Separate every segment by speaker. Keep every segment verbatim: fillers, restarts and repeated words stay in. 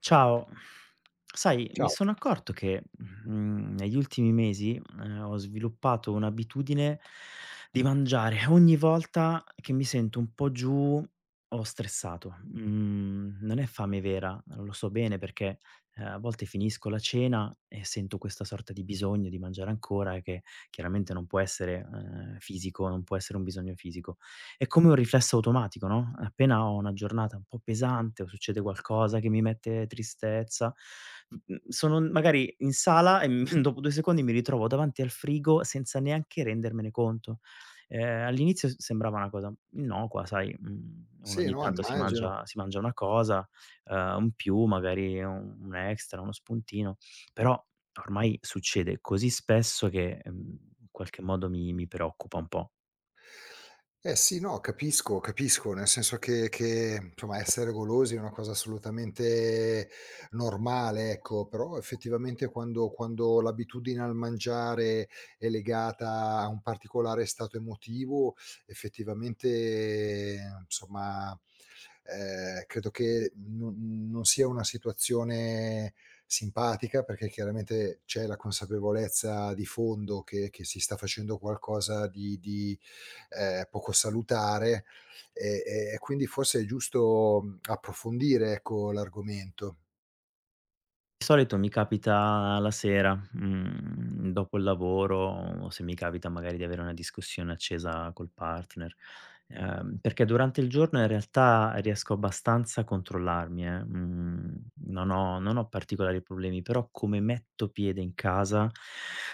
Speaker 1: Ciao, sai, mi
Speaker 2: Ciao.
Speaker 1: sono accorto che, mhmm, negli ultimi mesi, ehm, ho sviluppato un'abitudine di mangiare ogni volta che mi sento un po' giù o stressato. Mhmm, Non è fame vera, lo so bene perché, ehm, a volte finisco la cena e sento questa sorta di bisogno di mangiare ancora che chiaramente non può essere, ehm, fisico, non può essere un bisogno fisico, è come un riflesso automatico, no, appena ho una giornata un po' pesante o succede qualcosa che mi mette tristezza, mhmm, sono magari in sala e, mhmm, dopo due secondi mi ritrovo davanti al frigo senza neanche rendermene conto. Ehm, all'inizio s sembrava una cosa innocua, sai, mhmm, uno
Speaker 2: Sì,
Speaker 1: ogni
Speaker 2: no,
Speaker 1: tanto si
Speaker 2: immagino.
Speaker 1: mangia si mangia una cosa, ehm, un più, magari un un extra, uno spuntino, però ormai succede così spesso che, ehm, in qualche modo mi mi preoccupa un po'.
Speaker 2: Eh sì, no, capisco, nel senso che che, insomma, essere golosi è una cosa assolutamente normale, ecco, però effettivamente quando quando l'abitudine al mangiare è legata a un particolare stato emotivo, effettivamente, insomma. Ehm, credo che non non sia una situazione simpatica, perché chiaramente c'è la consapevolezza di fondo che che si sta facendo qualcosa di di, ehm, poco salutare e e e quindi forse è giusto, mhmm, approfondire, ecco, l'argomento.
Speaker 1: Di solito mi capita la sera, mhmm, dopo il lavoro o se mi capita magari di avere una discussione accesa col partner, ehm, perché durante il giorno in realtà riesco abbastanza a controllarmi, eh, mhmm, non ho non ho particolari problemi, però come metto piede in casa,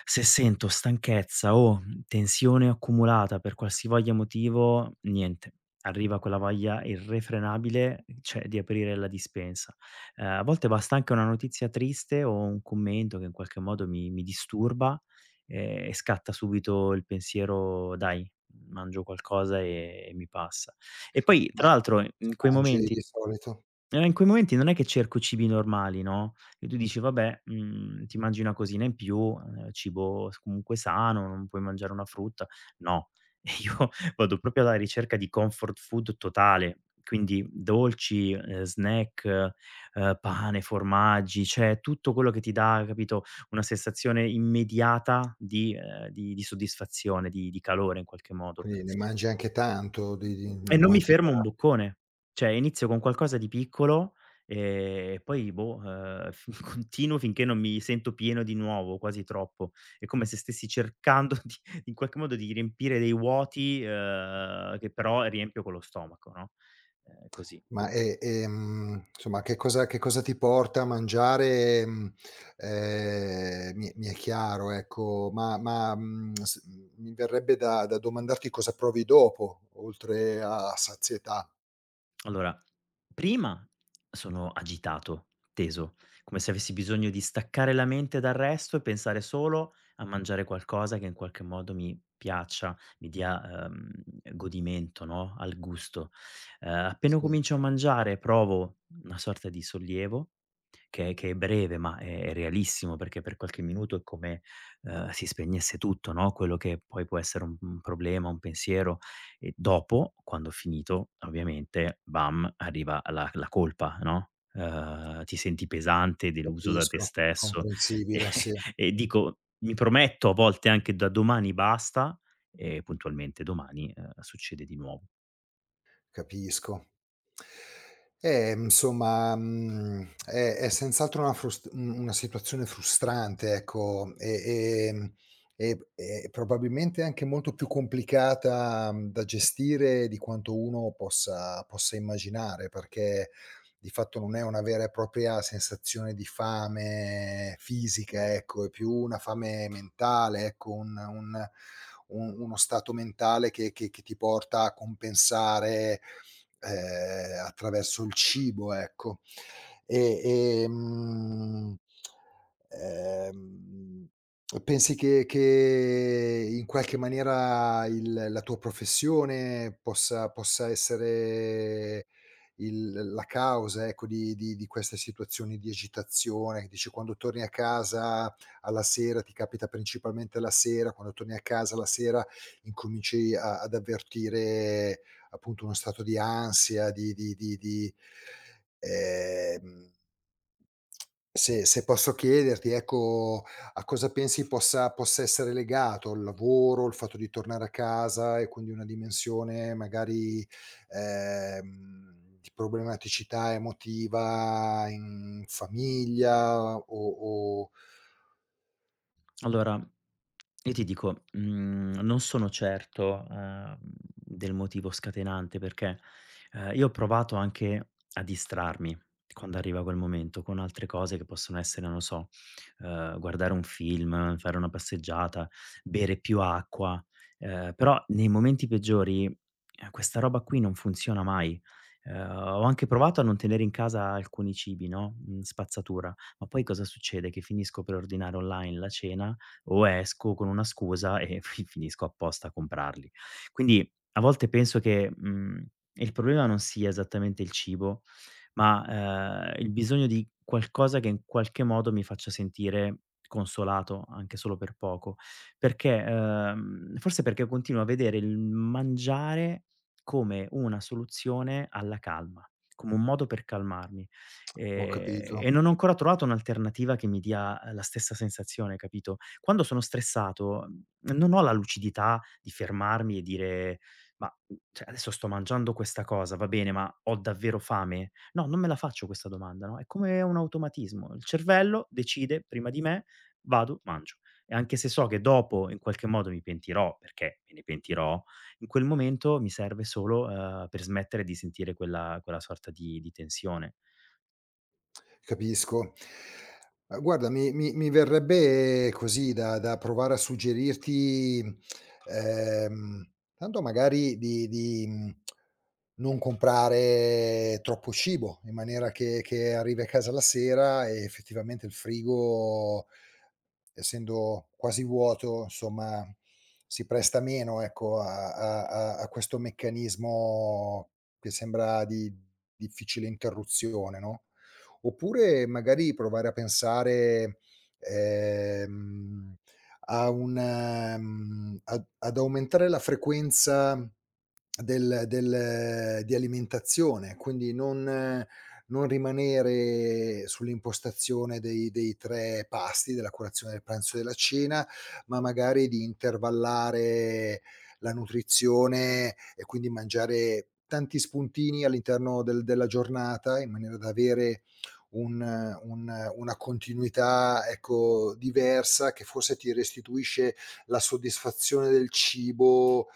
Speaker 1: se sento stanchezza o tensione accumulata per qualsivoglia motivo, niente, arriva quella voglia irrefrenabile, cioè, di aprire la dispensa. Ehm, a volte basta anche una notizia triste o un commento che in qualche modo mi mi disturba, ehm, e scatta subito il pensiero: "Dai, mangio qualcosa e e mi passa". E poi
Speaker 2: Ma
Speaker 1: tra l'altro in quei
Speaker 2: mangi
Speaker 1: momenti
Speaker 2: di solito?
Speaker 1: e in quei momenti non è che cerco cibi normali, no, che tu dici: "Vabbè, mhmm, ti mangi una cosina in più, ehm, cibo s comunque sano, non puoi mangiare una frutta". No, e io vado proprio alla ricerca di comfort food totale, quindi dolci, ehm, snack, ehm, pane, formaggi, cioè tutto quello che ti dà, capito, una sensazione immediata di ehm, di di soddisfazione, di di calore in qualche modo.
Speaker 2: Quindi ne mangi anche tanto di di
Speaker 1: E
Speaker 2: in
Speaker 1: non mi
Speaker 2: quanti...
Speaker 1: fermo un boccone. Cioè inizio con qualcosa di piccolo, ehm, e poi boh, ehm, f continuo finché non mi sento pieno di nuovo, quasi troppo. È come se stessi cercando di in qualche modo di riempire dei vuoti, ehm, che però riempio con lo stomaco, no, ehm, così.
Speaker 2: Ma e ehm, insomma, che cosa che cosa ti porta a mangiare, mhmm, ehm, eh, mi mi è chiaro ecco, ma ma, mhmm, s mi verrebbe da da domandarti cosa provi dopo, oltre a sazietà.
Speaker 1: Allora, prima sono agitato, teso, come se avessi bisogno di staccare la mente dal resto e pensare solo a mangiare qualcosa che in qualche modo mi piaccia, mi dia ehm, godimento, no? Al gusto. Eh, appena
Speaker 2: Sì,
Speaker 1: comincio a mangiare provo una sorta di sollievo, che, che è breve ma è, è realissimo perché per qualche minuto è come eh, si spegnesse tutto, no? Quello che poi può essere un, un problema, un pensiero, e dopo, quando ho finito, ovviamente, bam, arriva la la colpa, no, uhm, ti senti pesante, deluso da te
Speaker 2: capisco,
Speaker 1: stesso. E
Speaker 2: comprensibile, sì,
Speaker 1: e dico, mi prometto a volte anche, da domani basta, e puntualmente domani, uhm, succede di nuovo.
Speaker 2: capisco. Eh, insomma, mhmm, è è senz'altro una frust mhmm, una situazione frustrante, ecco, e ehm, e e probabilmente anche molto più complicata, mhmm, da gestire di quanto uno possa possa immaginare, perché di fatto non è una vera e propria sensazione di fame fisica, ecco, è più una fame mentale, ecco, un un un uno stato mentale che che che ti porta a compensare ehm, attraverso il cibo, ecco. E, ehm, ehm, Pensi che che in qualche maniera il la tua professione possa possa essere il la causa, ecco, di di di queste situazioni di agitazione, che dici quando torni a casa alla sera, ti capita principalmente la sera, quando torni a casa la sera incominci a ad avvertire appunto uno stato di ansia, di di di di ehm, se se posso chiederti, ecco, a cosa pensi possa possa essere legato il lavoro, il fatto di tornare a casa e quindi una dimensione magari, ehm, di problematicità emotiva in famiglia o o
Speaker 1: Allora, io ti dico, mhmm, non sono certo, ehm, del motivo scatenante, perché, ehm, io ho provato anche a distrarmi quando arriva quel momento, con altre cose che possono essere, non lo so, ehm, guardare un film, fare una passeggiata, bere più acqua, ehm, però nei momenti peggiori, ehm, questa roba qui non funziona mai. Ehm, ho anche provato a non tenere in casa alcuni cibi, no, mhmm, spazzatura, ma poi cosa succede? Che finisco per ordinare online la cena o esco con una scusa e fi finisco apposta a comprarli. Quindi a volte penso che, mhmm, il problema non sia esattamente il cibo, ma, ehm, il bisogno di qualcosa che in qualche modo mi faccia sentire consolato, anche solo per poco. Perché, ehm, forse perché continuo a vedere il mangiare come una soluzione alla calma, come un modo per calmarmi,
Speaker 2: ho
Speaker 1: ehm,
Speaker 2: capito.
Speaker 1: e non ho ancora trovato un'alternativa che mi dia eh, la stessa sensazione, capito? Quando sono stressato, mhmm, non ho la lucidità di fermarmi e dire: "Ma, mhmm, cioè adesso sto mangiando questa cosa, va bene, ma ho davvero fame?" No, non me la faccio questa domanda, no, è come un automatismo. Il cervello decide prima di me: "Vado, mangio". E anche se so che dopo in qualche modo mi pentirò, perché me ne pentirò, in quel momento mi serve solo, ehm, per smettere di sentire quella quella sorta di di tensione.
Speaker 2: Capisco. Uhm, guarda mi mi mi verrebbe così da da provare a suggerirti, ehm, tanto magari di di, mhmm, non comprare troppo cibo, in maniera che che arrivi a casa la sera e effettivamente il frigo, essendo quasi vuoto, insomma, si presta meno, ecco, a a a a questo meccanismo che sembra di difficile interruzione, no? Oppure magari provare a pensare, ehm, a un mhmm, ad ad aumentare la frequenza del del di alimentazione, quindi non non rimanere sull'impostazione dei dei tre pasti, della colazione, del pranzo e della cena, ma magari di intervallare la nutrizione e quindi mangiare tanti spuntini all'interno del della giornata, in maniera da avere un un una continuità, ecco, diversa che forse ti restituisce la soddisfazione del cibo,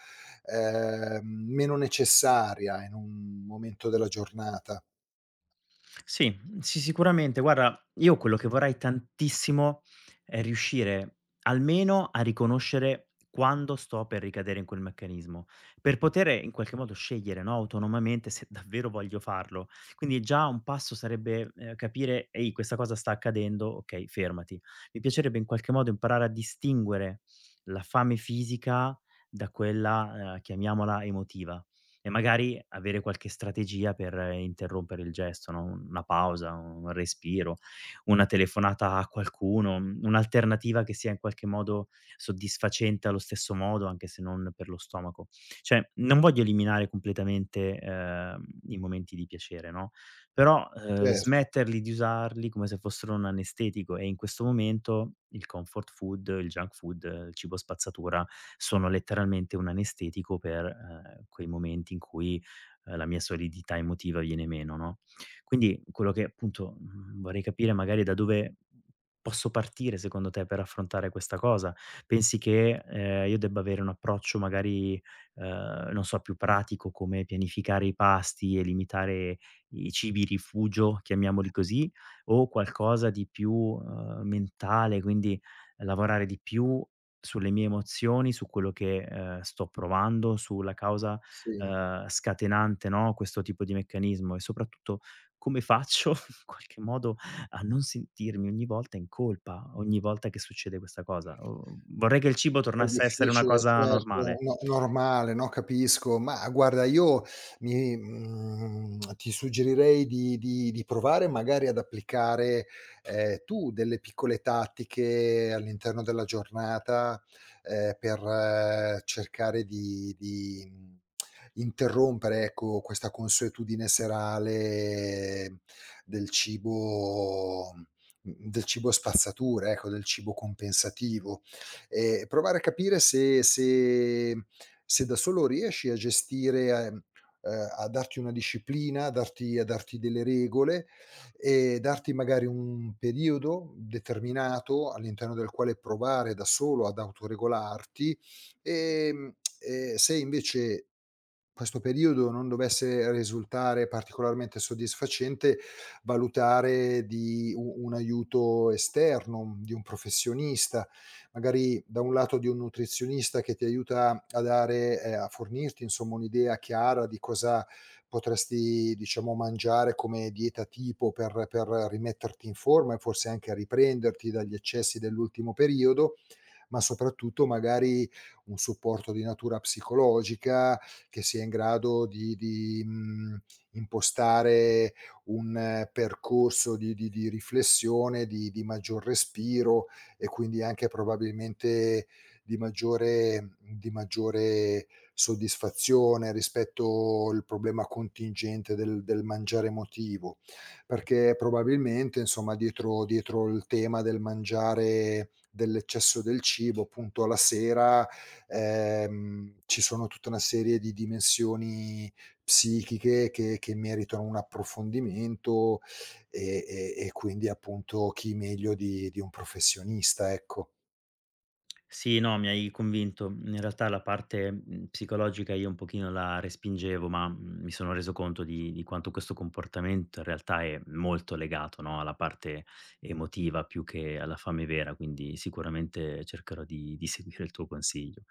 Speaker 2: ehm, meno necessaria in un momento della giornata.
Speaker 1: Sì, sì, sicuramente. Guarda, io quello che vorrei tantissimo è riuscire almeno a riconoscere quando sto per ricadere in quel meccanismo, per poter eh, in qualche modo scegliere, no, autonomamente se davvero voglio farlo. Quindi già un passo sarebbe, ehm, capire: "Ehi, questa cosa sta accadendo, okay, fermati." Mi piacerebbe in qualche modo imparare a distinguere la fame fisica da quella, ehm, chiamiamola emotiva, e magari avere qualche strategia per eh, interrompere il gesto, no, una pausa, un respiro, una telefonata a qualcuno, mhmm, un'alternativa che sia in qualche modo soddisfacente allo stesso modo, anche se non per lo stomaco. Cioè, non voglio eliminare completamente, ehm, i momenti di piacere, no, però, ehm,
Speaker 2: Certo,
Speaker 1: smetterli di usarli come se fossero un anestetico, e in questo momento il comfort food, il junk food, eh, il cibo spazzatura sono letteralmente un anestetico per, ehm, quei momenti in cui, ehm, la mia solidità emotiva viene meno, no. Quindi quello che appunto, mhmm, vorrei capire magari è da dove posso partire secondo te per affrontare questa cosa. Pensi che, ehm, io debba avere un approccio magari, ehm, non so, più pratico, come pianificare i pasti e limitare i cibi rifugio, chiamiamoli così, o qualcosa di più, uhm, mentale, quindi lavorare di più sulle mie emozioni, su quello che, ehm, sto provando, sulla causa,
Speaker 2: sì.
Speaker 1: ehm, scatenante, no, questo tipo di meccanismo, e soprattutto come faccio in qualche modo a non sentirmi ogni volta in colpa, ogni volta che succede questa cosa. O vorrei che il cibo
Speaker 2: È
Speaker 1: tornasse a essere una
Speaker 2: difficile,
Speaker 1: cosa
Speaker 2: certo,
Speaker 1: normale.
Speaker 2: no normale, no, capisco. Ma guarda io mi mhmm, ti suggerirei di di di provare magari ad applicare, ehm, tu delle piccole tattiche all'interno della giornata, ehm, per eh, cercare di di, mhmm, interrompere, ecco, questa consuetudine serale del cibo mhmm, del cibo spazzatura, ecco, del cibo compensativo e provare a capire se se se da solo riesci a gestire a ehm, ehm, a darti una disciplina, a darti a darti delle regole e darti magari un periodo determinato all'interno del quale provare da solo ad autoregolarti, ehm, e se invece questo periodo non dovesse risultare particolarmente soddisfacente, valutare di u un aiuto esterno, di un professionista magari da un lato di un nutrizionista che ti aiuta a dare ehm, a fornirti insomma un'idea chiara di cosa potresti, diciamo, mangiare come dieta tipo per per rimetterti in forma e forse anche a riprenderti dagli eccessi dell'ultimo periodo, ma soprattutto magari un supporto di natura psicologica che sia in grado di di, mhmm, impostare un eh, percorso di di di riflessione, di di maggior respiro e quindi anche probabilmente di maggiore di maggiore soddisfazione rispetto il problema contingente del del mangiare emotivo. Perché probabilmente, insomma, dietro dietro il tema del mangiare dell'eccesso del cibo, appunto alla sera, ehm, ci sono tutta una serie di dimensioni psichiche che che meritano un approfondimento, e e e quindi appunto chi meglio di di un professionista, ecco.
Speaker 1: Sì, no, mi hai convinto. In realtà la parte, mhmm, psicologica io un pochino la respingevo, ma, mhmm, mi sono reso conto di di quanto questo comportamento in realtà è molto legato, no, alla parte emotiva più che alla fame vera, quindi sicuramente cercherò di di seguire il tuo consiglio.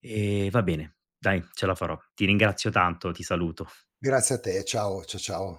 Speaker 1: Ehm, va bene, dai, ce la farò. Ti ringrazio tanto, ti saluto.
Speaker 2: Grazie a te, ciao, cia ciao.